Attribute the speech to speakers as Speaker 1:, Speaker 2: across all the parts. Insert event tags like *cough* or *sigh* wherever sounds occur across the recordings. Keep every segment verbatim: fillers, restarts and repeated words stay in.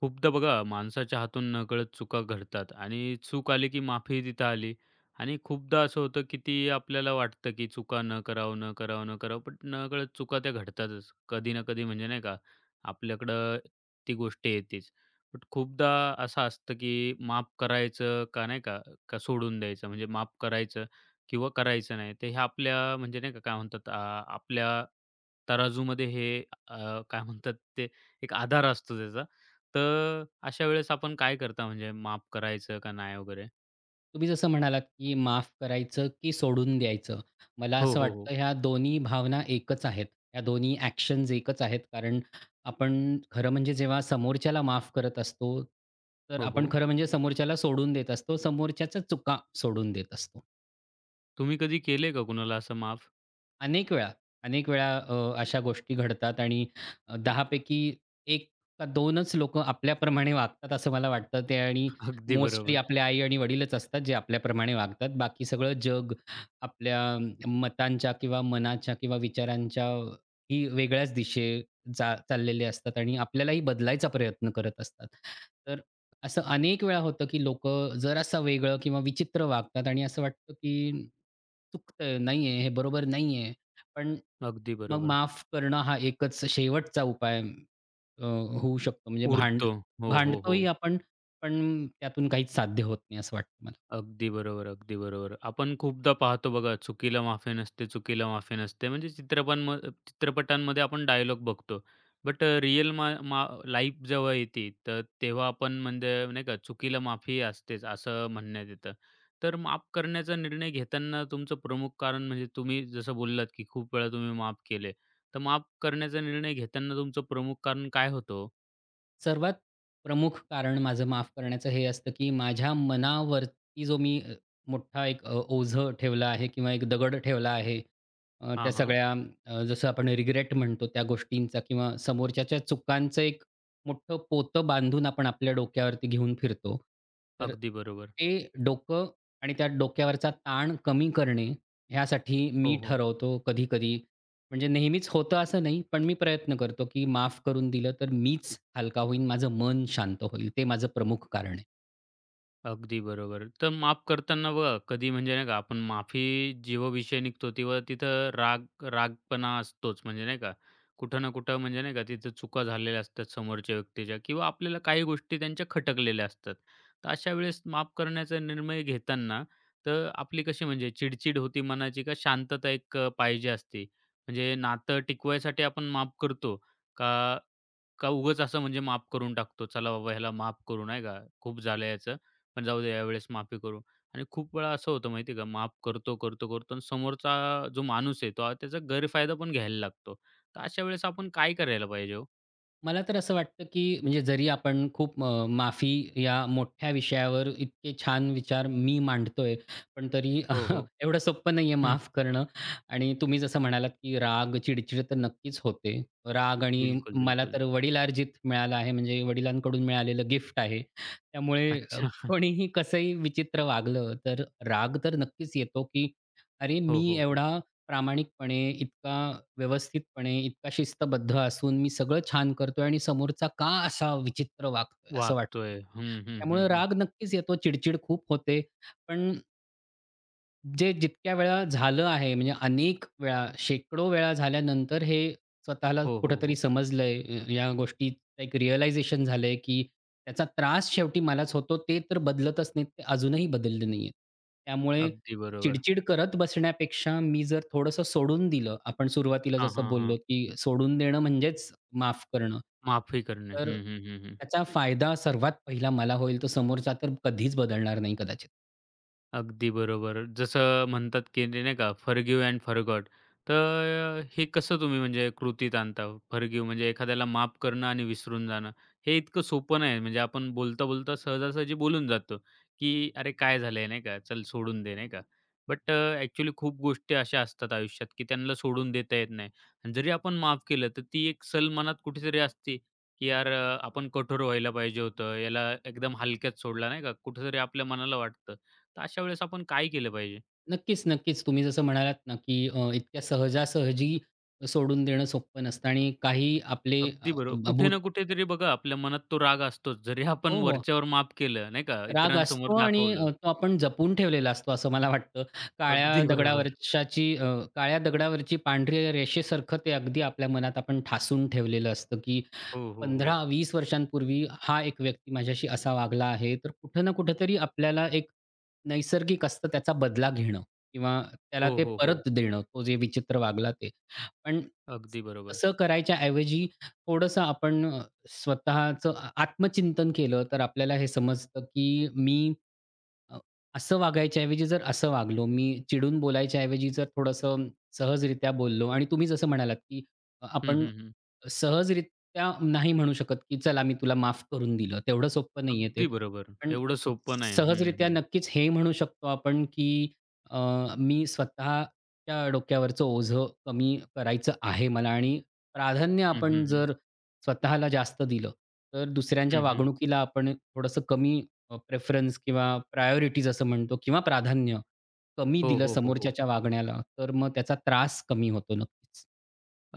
Speaker 1: खूपदा बघा माणसाच्या हातून नकळत चुका घडतात आणि चूक आली की माफी तिथं आली. आणि खूपदा असं होतं की ती आपल्याला वाटतं की चुका न करावं न करावं न करावं पण नकळत चुका त्या घडतातच कधी ना कधी म्हणजे नाही का. आपल्याकडं ती गोष्ट येतेच. पण खूपदा असं असतं की माफ करायचं का नाही का, का सोडून द्यायचं, म्हणजे माफ करायचं किंवा करायचं नाही ते हे आपल्या म्हणजे नाही का, काय म्हणतात, आ, आपल्या तराजूमध्ये हे, अ, काय म्हणतात ते, एक आधार असतो त्याचा. तर अशा वेळेस आपण काय करता, म्हणजे माफ करायचं का नाही वगैरे?
Speaker 2: तुम्ही जसं म्हणालात, की माफ करायचं, की सोडून द्यायचं. मला
Speaker 1: हो,
Speaker 2: असं हं.
Speaker 1: हो, हो.
Speaker 2: वाटतं ह्या दोन्ही भावना एकच आहेत. ह्या दोन्ही ॲक्शन्स एकच आहेत. कारण आपण खरं म्हणजे जेव्हा समोरच्याला माफ करत असतो, तर
Speaker 1: हो,
Speaker 2: आपण
Speaker 1: हो.
Speaker 2: खरं म्हणजे समोरच्याला सोडून देत असतो. समोरच्याच्या चुका सोडून देत असतो.
Speaker 1: तुम्ही कधी केलंय का कुणाला असं माफ?
Speaker 2: अनेक वेळा, अनेक वेळा अ, अशा गोष्टी घडतात आणि अ, दहा एक 1 का दोनच लोकं आपल्याप्रमाणे वागतात असं मला वाटतं ते. आणि
Speaker 1: अगदी
Speaker 2: मोस्टली
Speaker 1: बरोबर.
Speaker 2: आपले आई आणि वडीलच असतात जे आपल्याप्रमाणे वागतात. बाकी सगळं जग आपल्या मतांच्या किंवा मनाच्या किंवा विचारांच्या ही वेगळ्याच दिशे जा चाललेले असतात आणि आपल्यालाही बदलायचा प्रयत्न करत असतात. असं अनेक वेळा होतं, की लोकं जरासं वेगळं किंवा विचित्र वागतात आणि असं वाटतं, की चुकतंय, नाहीये, हे बरोबर नाहीये. पण
Speaker 1: अगदी
Speaker 2: मग
Speaker 1: बरोबर.
Speaker 2: माफ करणं हा एकच शेवटचा उपाय अ, होऊ शकतो. म्हणजे भांड
Speaker 1: उरतो. हो, हो, हो.
Speaker 2: भांडतोही आपण, पण त्यातून काहीच साध्य होत नाही असं वाटतं.
Speaker 1: अगदी बरोबर, अगदी बरोबर. आपण खूपदा पाहतो बघा, "चुकीला माफी नसते, चुकीला माफी नसते." म्हणजे चित्रपटांम चित्रपटांमध्ये आपण डायलॉग बघतो. बट अ, रिअल मा मा लाईफ जेव्हा येते, तर तेव्हा आपण म्हणजे नाही का, "चुकीला माफी असतेच," असं म्हणण्यात येतं. तर माफ करण्याचा निर्णय घेताना तुमचं प्रमुख कारण, म्हणजे तुम्ही जसं बोललात, की खूप वेळा तुम्ही माफ केले. तर माफ करण्याचा निर्णय घेताना तुमचं प्रमुख कारण काय होतं हो?
Speaker 2: सर्वात प्रमुख कारण माझं माफ करण्याचं हे असतं, की माझ्या मनावरती जो मी अ, मोठा एक अ, ओझं ठेवला आहे किंवा एक दगड ठेवला आहे. अ,
Speaker 1: हां,
Speaker 2: त्या
Speaker 1: हां.
Speaker 2: सगळ्या अ, जसं आपण रिग्रेट म्हणतो त्या गोष्टींचा किंवा समोरच्याच्या चुकांचं एक मोठं पोतं बांधून आपण आपल्या डोक्यावरती घेऊन फिरतो. तर
Speaker 1: अगदी बरोबर.
Speaker 2: ते डोकं आणि त्या डोक्यावरचा ताण कमी करणे ह्यासाठी मी
Speaker 1: हो, हो.
Speaker 2: ठरवतो कधी-कधी, म्हणजे नेहमीच होतं असं नाही, पण मी प्रयत्न करतो, की माफ करून दिलं तर मीच हलका होईन, माझं मन शांत होईल. ते माझं प्रमुख कारण आहे.
Speaker 1: अगदी बरोबर. तर माफ करताना बघा, कधी म्हणजे नाही का आपण माफी जेव्हा विषय निघतो तेव्हा तिथं राग रागपणा असतोच म्हणजे नाही का. कुठं ना कुठं म्हणजे नाही का तिथं चुका झालेल्या असतात समोरच्या व्यक्तीच्या, किंवा आपल्याला काही गोष्टी त्यांच्या खटकलेल्या असतात. तर अशा वेळेस माफ करण्याचा निर्णय घेताना तर आपली कशी म्हणजे चिडचिड होती मनाची, का शांतता एक अ, पाहिजे असते? म्हणजे नातं टिकवायसाठी आपण माफ करतो का, का उगाच असं म्हणजे माफ करून टाकतो. चला बाबा ह्याला माफ करू नाही का, खूप झालं याचं, पण जाऊ दे यावेळेस माफी करू. आणि खूप वेळा असं होतं माहिती आहे का, माफ करतो, करतो, करतो आणि समोरचा जो माणूस आहे तो आ- त्याचा गैरफायदा पण घ्यायला लागतो. तर अशा वेळेस आपण काय करायला पाहिजे हो?
Speaker 2: मला तर असं वाटतं, की म्हणजे जरी आपण खूप अ, माफी या मोठ्या विषयावर इतके छान विचार मी मांडतोय, पण तरी
Speaker 1: हो,
Speaker 2: *laughs*
Speaker 1: हो.
Speaker 2: एवढं सोपं नाहीये
Speaker 1: हं.
Speaker 2: माफ करणं. आणि तुम्ही जसं म्हणालात, की राग, चिडचिड तर नक्कीच होते. राग आणि
Speaker 1: बिलकुल,
Speaker 2: मला
Speaker 1: बिलकुल.
Speaker 2: तर वडिलार्जित मिळालं आहे, म्हणजे वडिलांकडून मिळालेलं गिफ्ट आहे. त्यामुळे अ,
Speaker 1: अच्छा. *laughs*
Speaker 2: कोणीही कसंही विचित्र वागलं, तर राग तर नक्कीच येतो, की अरे,
Speaker 1: हो,
Speaker 2: मी
Speaker 1: हो, हो.
Speaker 2: एवढा प्रामाणिकपणे, इतका व्यवस्थितपणे, इतका शिस्तबद्ध असून मी सगळं छान करतोय आणि समोरचा का असा विचित्र वागतोय असं वाटतं.
Speaker 1: वागतोय. हं, हं, हं,
Speaker 2: त्यामुळे
Speaker 1: हं.
Speaker 2: राग नक्कीच येतो, चिड खूप होते. पण जे जितक्या वेळा झालं आहे म्हणजे अनेक वेळा, शेकडो वेळा झाल्यानंतर हे स्वतःला
Speaker 1: हो, हो,
Speaker 2: कुठेतरी
Speaker 1: हो.
Speaker 2: समजलंय, अ, या गोष्टीचं एक रिअलायझेशन झालंय, की त्याचा त्रास शेवटी मलाच होतो. ते तर बदलतच नाहीत, ते अजूनही बदलले नाहीयेत. त्यामुळे
Speaker 1: अगदी बरोबर.
Speaker 2: चिडचिड करत बसण्यापेक्षा मी जर थोडंसं सोडून दिलं, आपण सुरुवातीला
Speaker 1: हां,
Speaker 2: जसं
Speaker 1: हां,
Speaker 2: बोललो,
Speaker 1: हां.
Speaker 2: की सोडून देणं म्हणजेच माफ करणं.
Speaker 1: माफी करणे.
Speaker 2: तर
Speaker 1: हं, हं, हं, हं.
Speaker 2: त्याचा फायदा सर्वात पहिला मला होईल, तो समोरचा तर कधीच बदलणार नाही कदाचित.
Speaker 1: अगदी बरोबर. जसं म्हणतात, की ते नाही का फॉरगिव्ह एंड फॉरगॉट. तर अ, हे कसं तुम्ही म्हणजे कृतीत आणता? फॉरगिव्ह म्हणजे एखाद्याला माफ करणं आणि विसरून जाणं. हे इतकं सोपं नाही. म्हणजे आपण बोलता-बोलता सहजासहजी बोलून जातो, की "अरे काय झालंय?" नाही का, "चल सोडून दे." नाही का. बट अ, खूप गोष्टी अशा असतात आयुष्यात, की त्यांना सोडून देता येत नाही. आणि जरी आपण माफ केलं, तर ती एक सल मनात कुठेतरी असते, की "यार अ, आपण कठोर व्हायला पाहिजे होतं. याला एकदम हलक्यात सोडला." नाही का, कुठेतरी आपल्या मनाला वाटतं. तर अशा वेळेस आपण काय केलं पाहिजे?
Speaker 2: नक्कीच, नक्कीच. तुम्ही जसं म्हणालात ना, की अ, इतक्या सहजासहजी सोडून देणं सोपं नसतं आणि काही आपले
Speaker 1: अगदी
Speaker 2: अ,
Speaker 1: बरोबर. कुठे ना
Speaker 2: भूत.
Speaker 1: कुठेतरी बघा आपल्या मनात तो राग असतोच. जरी आपण
Speaker 2: हो, हो.
Speaker 1: वरच्यावर माफ केलं, नाही का,
Speaker 2: राग
Speaker 1: इतरांसमोर
Speaker 2: असतो आणि
Speaker 1: दाखवलं.
Speaker 2: अ, तो आपण जपून ठेवलेला असतो असं मला वाटतं. काळ्या
Speaker 1: अगदी *laughs* बरोबर.
Speaker 2: दगडावरशाची अ, काळ्या दगडावरची पांढऱ्या रेषेसारखं ते अगदी आपल्या मनात आपण ठासून ठेवलेलं असतं, की
Speaker 1: हो, हो, हो.
Speaker 2: पंधरा वीस वर्षांपूर्वी हा एक व्यक्ती माझ्याशी असा वागला आहे. तर कुठं ना कुठेतरी आपल्याला एक नैसर्गिक असतं त्याचा बदला घेणं किंवा त्याला
Speaker 1: हो,
Speaker 2: ते
Speaker 1: हो, हो.
Speaker 2: परत देणं, तो जे विचित्र वागला ते. पण
Speaker 1: अगदी बरोबर.
Speaker 2: तसं करायच्या ऐवजी थोडंसं आपण स्वतःचं आ आत्मचिंतन केलं, तर आपल्याला हे समजतं, की मी अ, असं वागायच्या ऐवजी जर असं वागलो, मी चिडून बोलायच्या ऐवजी जर थोडंसं सहजरित्या बोललो. आणि तुम्ही जसं म्हणालात, की अ,
Speaker 1: हं,
Speaker 2: आपण
Speaker 1: हं, हं.
Speaker 2: सहजरित्या नाही म्हणू शकत, की चला मी तुला माफ करून दिलं. तेवढं सोपं नाहीये ते.
Speaker 1: अगदी बरोबर.
Speaker 2: पण
Speaker 1: एवढं सोपं नाही. हं,
Speaker 2: सहजरित्या
Speaker 1: हं.
Speaker 2: नक्कीच हे म्हणू शकतो आपण, की अ, मी स्वतःच्या डोक्यावरचं ओझं कमी करायचं आहे मला आणि प्राधान्य
Speaker 1: हं,
Speaker 2: आपण
Speaker 1: हं, हं.
Speaker 2: जर स्वतःला जास्त दिलं, तर दुसऱ्यांच्या
Speaker 1: हं, हं.
Speaker 2: वागणुकीला आपण थोडंसं कमी प्रेफरन्स किंवा प्रायोरिटीज असं म्हणतो, किंवा प्राधान्य कमी
Speaker 1: हो,
Speaker 2: दिलं
Speaker 1: हो, हो, हो.
Speaker 2: समोरच्याच्या वागण्याला, तर मग त्याचा त्रास कमी होतो नक्कीच.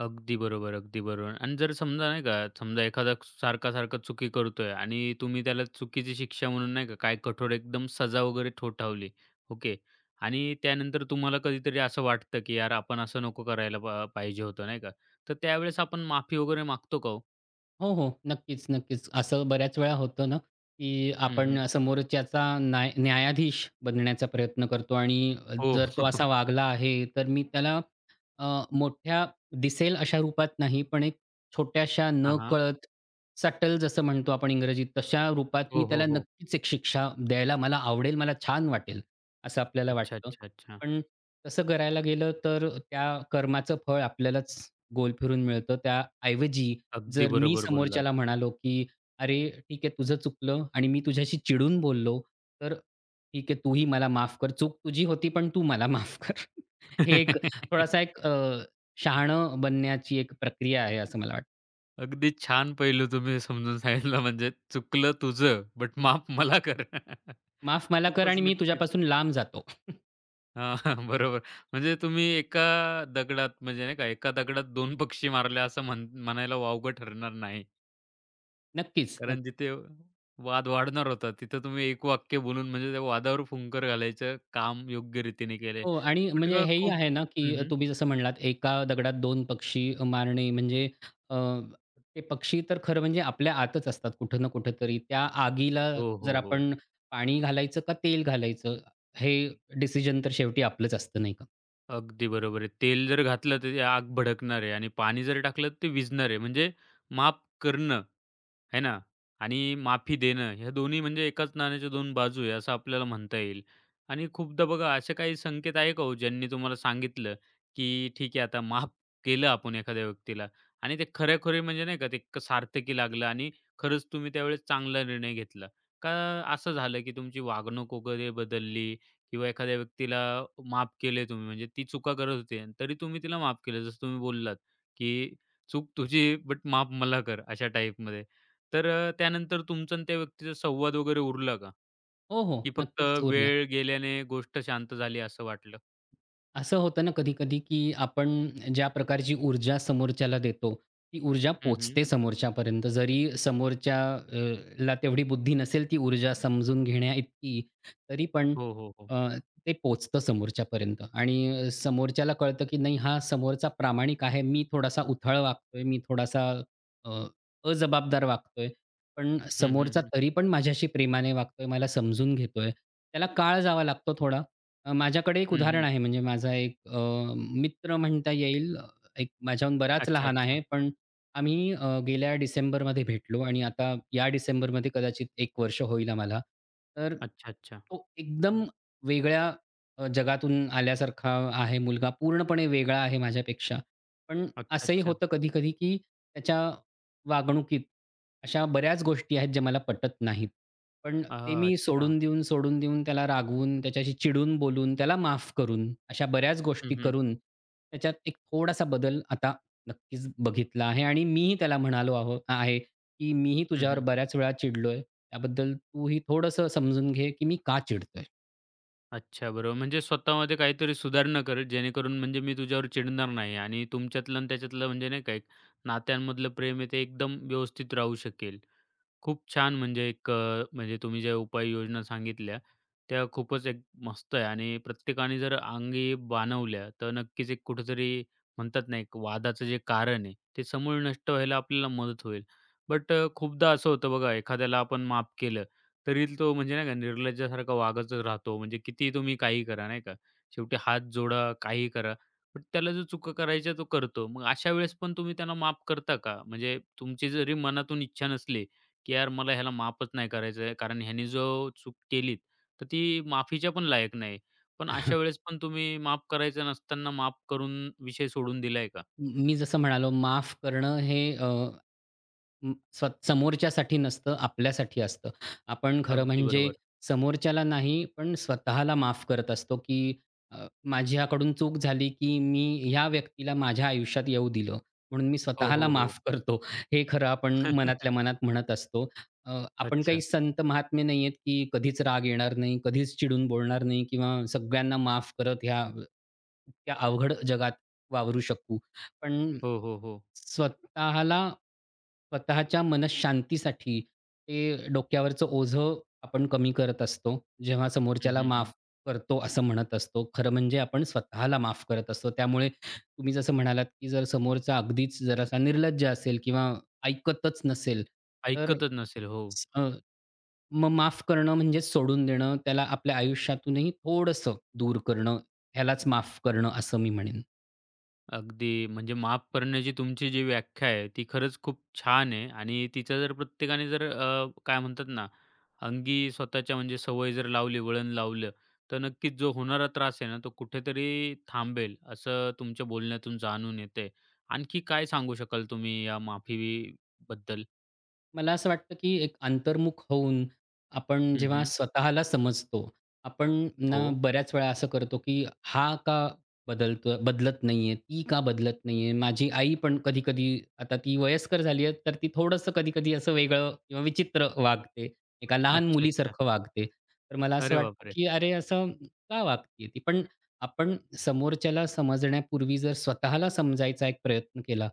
Speaker 1: अगदी बरोबर, अगदी बरोबर. आणि जर समजा नाही का, समजा एखादा सारखा-सारखा चुकी करतोय आणि तुम्ही त्याला चुकीची शिक्षा म्हणून नाही का, काय कठोर एकदम सजा वगैरे ठोठावली. ओके. आणि त्यानंतर तुम्हाला कधीतरी असं वाटतं, की यार आपण असं नको करायला पा पाहिजे होतं नाही का. तर त्यावेळेस आपण माफी वगैरे मागतो का हो?
Speaker 2: हो, हो. नक्कीच, नक्कीच. असं बऱ्याच वेळा होतं ना, की
Speaker 1: हं, हं.
Speaker 2: आपण समोरच्याचा न्याय न्यायाधीश बनण्याचा प्रयत्न करतो आणि
Speaker 1: हो.
Speaker 2: जर तो
Speaker 1: *laughs*
Speaker 2: असा वागला आहे, तर मी त्याला अ, मोठ्या दिसेल अशा रूपात नाही, पण एक छोट्याशा
Speaker 1: हां, हां.
Speaker 2: नकळत सटल जसं म्हणतो आपण इंग्रजीत, तशा रूपात मी
Speaker 1: हो, हो,
Speaker 2: त्याला
Speaker 1: हो.
Speaker 2: नक्कीच एक शिक्षा द्यायला मला आवडेल, मला छान वाटेल, असं आपल्याला
Speaker 1: अच्छा,
Speaker 2: वाटतं.
Speaker 1: अच्छा, अच्छा.
Speaker 2: पण तसं करायला गेलं तर त्या कर्माचं फळ आपल्यालाच गोल फिरून मिळतं. त्याऐवजी
Speaker 1: अगदी
Speaker 2: जर मी
Speaker 1: बरोबर बोललात.
Speaker 2: समोरच्याला म्हणालो, की "अरे, ठीक आहे तुझं चुकलं आणि मी तुझ्याशी चिडून बोललो, तर ठीक आहे तूही मला माफ कर. चूक तुझी होती, पण तू मला माफ कर." *laughs* हे एक थोडासा
Speaker 1: *laughs*
Speaker 2: एक अ, शहाणं बनण्याची एक प्रक्रिया आहे असं मला वाटतं.
Speaker 1: अगदी छान पैलू तुम्ही समजून सांगितला, म्हणजे चुकलं तुझं, बट माफ मला कर. *laughs*
Speaker 2: माफ मला कर
Speaker 1: खूपच
Speaker 2: आणि मी
Speaker 1: नक्कीच.
Speaker 2: तुझ्यापासून लांब जातो. *laughs*
Speaker 1: हां, *laughs* हां. बरोबर. म्हणजे तुम्ही एका दगडात म्हणजे नाही का, एका दगडात दोन पक्षी मारले असं म्हण म्हणायला वावगं ठरणार नाही.
Speaker 2: नक्कीच,
Speaker 1: कारण
Speaker 2: नक्की.
Speaker 1: जिथे वाद वाढणार होता, तिथं तुम्ही एक वाक्य बोलून म्हणजे त्या वादावर फुंकर घालायचं काम योग्य रीतीने केले.
Speaker 2: हो, आणि
Speaker 1: बट
Speaker 2: म्हणजे
Speaker 1: अ,
Speaker 2: हेही
Speaker 1: खूप
Speaker 2: आहे ना, की
Speaker 1: हं,
Speaker 2: तुम्ही जसं म्हणलात एका दगडात दोन पक्षी मारणे म्हणजे अ, ते पक्षी तर खरं म्हणजे आपल्या आतच असतात कुठं ना कुठेतरी. त्या आगीला
Speaker 1: हो,
Speaker 2: जर
Speaker 1: हो, हो.
Speaker 2: आपण पाणी घालायचं का तेल घालायचं हे डिसिजन तर शेवटी आपलंच असतं नाही का?
Speaker 1: अगदी बरोबर आहे. तेल जर घातलं तर ती आग भडकणार आहे आणि पाणी जर टाकलं तर ते विझणार आहे. म्हणजे माफ करणं है ना? आणि माफी देणं, ह्या दोन्ही म्हणजे एकाच नाण्याच्या दोन बाजू आहे असं आपल्याला म्हणता येईल. आणि खूपदा बघा असे काही संकेत आहे का हो ज्यांनी तुम्हाला सांगितलं, की ठीक आहे आता माफ केलं आपण एखाद्या व्यक्तीला आणि ते खरे म्हणजे नाही का ते क- सार्थकी लागलं आणि खरंच तुम्ही त्यावेळेस चांगला निर्णय घेतला? का असं झालं की तुमची वागणूक वगैरे बदलली, किंवा एखाद्या व्यक्तीला माफ केले तुम्ही, म्हणजे ती चुका करत होती आणि तरी तुम्ही तिला माफ केलं जसं तुम्ही बोललात, की "चूक तुझी बट माफ मला कर" अशा टाईपमध्ये. तर अ, त्यानंतर तुमचा आणि त्या व्यक्तीचा संवाद वगैरे उरला का?
Speaker 2: हो, हो.
Speaker 1: की फक्त
Speaker 2: नक्कीच उरला.
Speaker 1: वेळ गेल्याने गोष्ट शांत झाली असं वाटलं?
Speaker 2: असं होतं ना कधी-कधी, की आपण ज्या प्रकारची ऊर्जा समोरच्याला देतो, ती ऊर्जा
Speaker 1: हं, हं.
Speaker 2: पोहोचते समोरच्यापर्यंत. जरी समोरच्या अ, ला तेवढी बुद्धी नसेल ती ऊर्जा समजून घेण्याइतकी, तरी पण
Speaker 1: हो, हो, हो.
Speaker 2: अ, ते पोहोचतं समोरच्यापर्यंत आणि समोरच्याला कळतं, की नाही हा समोरचा प्रामाणिक आहे. मी थोडासा उथळ वागतोय, मी थोडासा अ, अजबाबदार वागतोय, पण
Speaker 1: हं, हं,
Speaker 2: समोरचा
Speaker 1: हं.
Speaker 2: तरी पण माझ्याशी प्रेमाने वागतोय, मला समजून घेतोय. त्याला काळ जावा लागतो थोडा. अ, माझ्याकडे एक
Speaker 1: हं,
Speaker 2: उदाहरण
Speaker 1: हं.
Speaker 2: आहे, म्हणजे माझा एक अ, मित्र म्हणता येईल. अ, एक माझ्याहून बराच
Speaker 1: अच्छा,
Speaker 2: लहान
Speaker 1: अच्छा.
Speaker 2: आहे, पण आम्ही अ, गेल्या डिसेंबरमध्ये भेटलो आणि आता या डिसेंबरमध्ये कदाचित एक वर्ष होईल आम्हाला. तर
Speaker 1: अच्छा, अच्छा.
Speaker 2: तो एकदम वेगळ्या अ, जगातून आल्यासारखा आहे मुलगा. पूर्णपणे वेगळा आहे माझ्यापेक्षा. पण
Speaker 1: अच्छा,
Speaker 2: असंही
Speaker 1: अच्छा.
Speaker 2: होतं कधी-कधी, की त्याच्या वागणुकीत अशा बऱ्याच गोष्टी आहेत ज्या मला पटत नाहीत. पण
Speaker 1: अ,
Speaker 2: ते मी
Speaker 1: अच्छा.
Speaker 2: सोडून देऊन, सोडून देऊन, त्याला रागवून, त्याच्याशी चिडून बोलून, त्याला माफ करून, अशा बऱ्याच
Speaker 1: हं,
Speaker 2: गोष्टी
Speaker 1: हं.
Speaker 2: करून त्याच्यात एक थोडासा बदल आता नक्कीच बघितला आहे आणि मीही त्याला म्हणालो आहो आहे, की "मीही
Speaker 1: हं,
Speaker 2: तुझ्यावर
Speaker 1: हं.
Speaker 2: बऱ्याच वेळा चिडलोय. त्याबद्दल तूही थोडंसं समजून घे, की मी का चिडतोय."
Speaker 1: अच्छा, बरोबर. म्हणजे स्वतःमध्ये काहीतरी सुधारणा कर, जेणेकरून म्हणजे मी तुझ्यावर चिडणार नाही आणि तुमच्यातलं आणि त्याच्यातलं म्हणजे नाही का, एक नात्यांमधलं प्रेम आहे ते एकदम व्यवस्थित राहू शकेल. खूप छान, म्हणजे एक अ, म्हणजे तुम्ही ज्या उपाययोजना सांगितल्या, त्या खूपच एक मस्त आहे आणि प्रत्येकाने जर अंगी बाणवल्या, तर नक्कीच एक कुठेतरी म्हणतात ना, एक वादाचं जे कारण आहे, ते समूळ नष्ट व्हायला आपल्याला मदत होईल. बट अ, खूपदा असं होतं बघा, एखाद्याला आपण माफ केलं, तरी तो म्हणजे नाही का निर्लज्जासारखा वागतच राहतो. म्हणजे कितीही तुम्ही काही करा, नाही का. शेवटी हात जोडा, काहीही करा, पण त्याला जो चुका करायच्या तो करतो. मग अशा वेळेस पण तुम्ही त्यांना माफ करता का? म्हणजे तुमची जरी मनातून इच्छा नसली, की यार मला ह्याला माफच नाही करायचं आहे. कारण ह्याने जो चूक केली, तर ती माफीच्या पण लायक नाही. पण अशा
Speaker 2: *laughs*
Speaker 1: वेळेस पण तुम्ही माफ करायचं नसताना माफ करून विषय सोडून दिलाय का?
Speaker 2: मी जसं म्हणालो माफ करणं हे अं, स्व समोरच्यासाठी नसतं, आपल्यासाठी असतं. आपण खरं
Speaker 1: अगदी
Speaker 2: म्हणजे
Speaker 1: बरोबर.
Speaker 2: समोरच्याला नाही, पण स्वतःला माफ करत असतो, की अ, माझ्याकडून चूक झाली, की मी ह्या व्यक्तीला माझ्या आयुष्यात येऊ दिलं, म्हणून मी
Speaker 1: हो,
Speaker 2: स्वतःला
Speaker 1: हो, हो.
Speaker 2: माफ करतो. हे खरं आपण मनातल्या
Speaker 1: *laughs*
Speaker 2: मनात म्हणत असतो. अ, आपण काही
Speaker 1: अच्छा.
Speaker 2: संत महात्मे नाही आहेत, की कधीच राग येणार नाही, कधीच चिडून बोलणार नाही किंवा सगळ्यांना माफ करत ह्या इतक्या अवघड जगात वावरू शकू. पण
Speaker 1: हो, हो, हो.
Speaker 2: स्वतःला, स्वतःच्या मनःशांतीसाठी ते डोक्यावरचं ओझं आपण कमी करत असतो जेव्हा
Speaker 1: हं,
Speaker 2: समोरच्याला
Speaker 1: हं,
Speaker 2: माफ
Speaker 1: हं.
Speaker 2: करतो असं म्हणत असतो. खरं म्हणजे आपण स्वतःला माफ करत असतो. त्यामुळे तुम्ही जसं म्हणालात, की जर समोरचा अगदीच जरासा निर्लज्ज असेल किंवा ऐकतच नसेल, तर
Speaker 1: ऐकतच नसेल. हो.
Speaker 2: स- अ, मग माफ करणं म्हणजे सोडून देणं, त्याला आपल्या आयुष्यातूनही थोडंसं दूर करणं, ह्यालाच माफ करणं असं मी म्हणेन.
Speaker 1: अगदी. म्हणजे माफ करण्याची तुमची जी व्याख्या आहे, ती खरंच खूप छान आहे आणि तिचा जर प्रत्येकाने जर अ, काय म्हणतात ना, अंगी स्वतःच्या म्हणजे सवय जर लावली, वळण लावलं, तर नक्कीच जो होणारा त्रास आहे ना, तो कुठेतरी थांबेल, असं तुमच्या बोलण्यातून जाणून येतंय. आणखी काय सांगू शकाल तुम्ही या माफीबद्दल?
Speaker 2: मला असं वाटतं, की एक अंतर्मुख होऊन आपण
Speaker 1: हं,
Speaker 2: जेव्हा
Speaker 1: हं.
Speaker 2: स्वतःला समजतो, आपण
Speaker 1: हो.
Speaker 2: ना बऱ्याच वेळा असं करतो, की हा का बदलतो बदलत नाहीये, ती का बदलत नाहीये? माझी आई पण कधी-कधी, आता ती वयस्कर झाली आहे, तर ती थोडंसं कधी-कधी असं वेगळं किंवा विचित्र वागते. एका लहान
Speaker 1: अच्छा, अच्छा.
Speaker 2: मुलीसारखं वागते. तर मला असं
Speaker 1: अरे
Speaker 2: वाटतं,
Speaker 1: बापरे!
Speaker 2: की अरे, असं का वागते ती? पण आपण समोरच्याला समजण्यापूर्वी जर स्वतःला समजायचा एक प्रयत्न केला,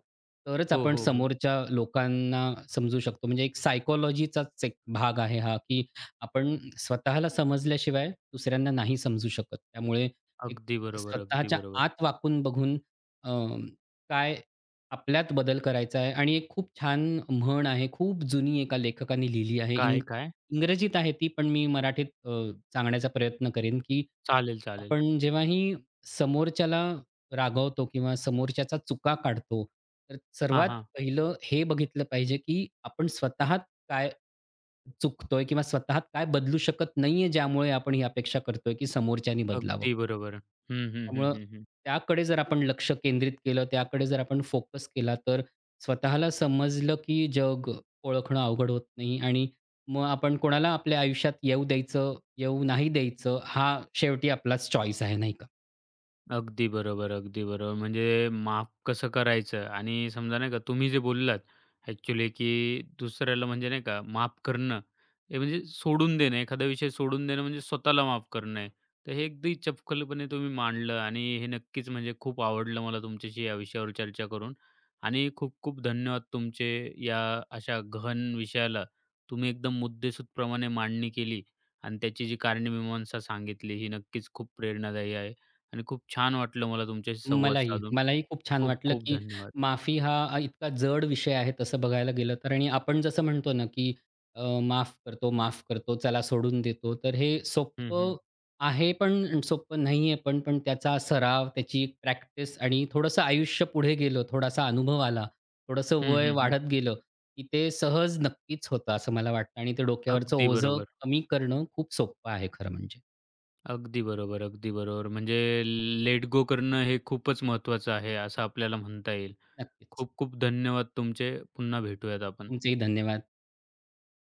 Speaker 2: तरच
Speaker 1: हो,
Speaker 2: आपण
Speaker 1: हो, हो.
Speaker 2: समोरच्या लोकांना समजू शकतो. म्हणजे एक सायकॉलॉजीचाच एक भाग आहे हा, की आपण स्वतःला समजल्याशिवाय दुसऱ्यांना नाही समजू शकत. त्यामुळे एक
Speaker 1: अगदी बरोबर, अगदी
Speaker 2: स्वतःच्या
Speaker 1: बरोबर.
Speaker 2: आत वाकून बघून अ, काय आपल्यात बदल करायचा आहे. आणि एक खूप छान म्हण आहे, खूप जुनी, एका लेखकाने लिहिली आहे.
Speaker 1: काय,
Speaker 2: इंग
Speaker 1: काय?
Speaker 2: इंग्रजीत आहे ती, पण मी मराठीत अ, सांगण्याचा प्रयत्न करेन, की
Speaker 1: चालेल, चालेल.
Speaker 2: आपण जेव्हाही समोरच्याला रागवतो किंवा समोरच्याचा चुका काढतो, तर
Speaker 1: हां,
Speaker 2: सर्वात
Speaker 1: हां.
Speaker 2: पहिलं हे बघितलं पाहिजे, की आपण स्वतः काय चुकतोय किंवा स्वतः काय बदलू शकत नाहीये, ज्यामुळे आपण ही अपेक्षा करतोय, की समोरच्यानी बदलावं.
Speaker 1: अगदी बरोबर. हं, हं, हं,
Speaker 2: त्यामुळं
Speaker 1: हं, हं.
Speaker 2: त्याकडे जर आपण लक्ष केंद्रित केलं, त्याकडे जर आपण फोकस केला, तर स्वतःला समजलं, की जग ओळखणं अवघड होत नाही आणि मग आपण कोणाला आपल्या आयुष्यात येऊ द्यायचं, येऊ नाही द्यायचं, हा शेवटी आपलाच चॉईस आहे, नाही का?
Speaker 1: अगदी बरोबर, अगदी बरोबर. म्हणजे माफ कसं करायचं, आणि समजा नाही का तुम्ही जे बोललात ॲक्चुअली, की दुसऱ्याला म्हणजे नाही का माफ करणं, हे म्हणजे सोडून देणं, एखादा विषय सोडून देणं म्हणजे स्वतःला माफ करणं आहे. तर हे अगदी चपखलपणे तुम्ही मांडलं आणि हे नक्कीच म्हणजे खूप आवडलं मला तुमच्याशी या विषयावर चर्चा करून. आणि खूप खूप धन्यवाद तुमचे, या अशा गहन विषयाला तुम्ही एकदम मुद्देसूदप्रमाणे मांडणी केली आणि त्याची जी कारणमीमांसा सांगितली ही नक्कीच खूप प्रेरणादायी आहे. आणि खूप छान वाटलं मला तुमच्याशी संवाद
Speaker 2: मलाही,
Speaker 1: साधून.
Speaker 2: मलाही खूप छान
Speaker 1: खूप
Speaker 2: वाटलं,
Speaker 1: खूप
Speaker 2: की
Speaker 1: धन्यवाद.
Speaker 2: माफी हा इतका जड विषय आहे तसं बघायला गेलं तर, आणि आपण जसं म्हणतो ना, की अ, माफ करतो, माफ करतो, चला सोडून देतो. तर हे
Speaker 1: हं, हं.
Speaker 2: सोपं आहे, पण सोपं नाही आहे पण, पण, त्याचा सराव, त्याची एक प्रॅक्टिस आणि थोडंसं आयुष्य पुढे गेलं, थोडासा अनुभव आला, थोडंसं
Speaker 1: हं,
Speaker 2: वय
Speaker 1: हं, हं.
Speaker 2: वाढत गेलं, की ते सहज नक्कीच होतं असं मला वाटतं आणि ते डोक्यावरचं
Speaker 1: अगदी
Speaker 2: ओझं
Speaker 1: बरोबर.
Speaker 2: कमी करणं खूप सोपं आहे खरं म्हणजे.
Speaker 1: अगदी बरोबर, अगदी बरोबर. म्हणजे लेट गो करणं हे खूपच महत्त्वाचं आहे, असं आपल्याला म्हणता येईल.
Speaker 2: नक्कीच.
Speaker 1: खूप खूप धन्यवाद तुमचे. पुन्हा भेटूयात आपण.
Speaker 2: तुमचेही धन्यवाद.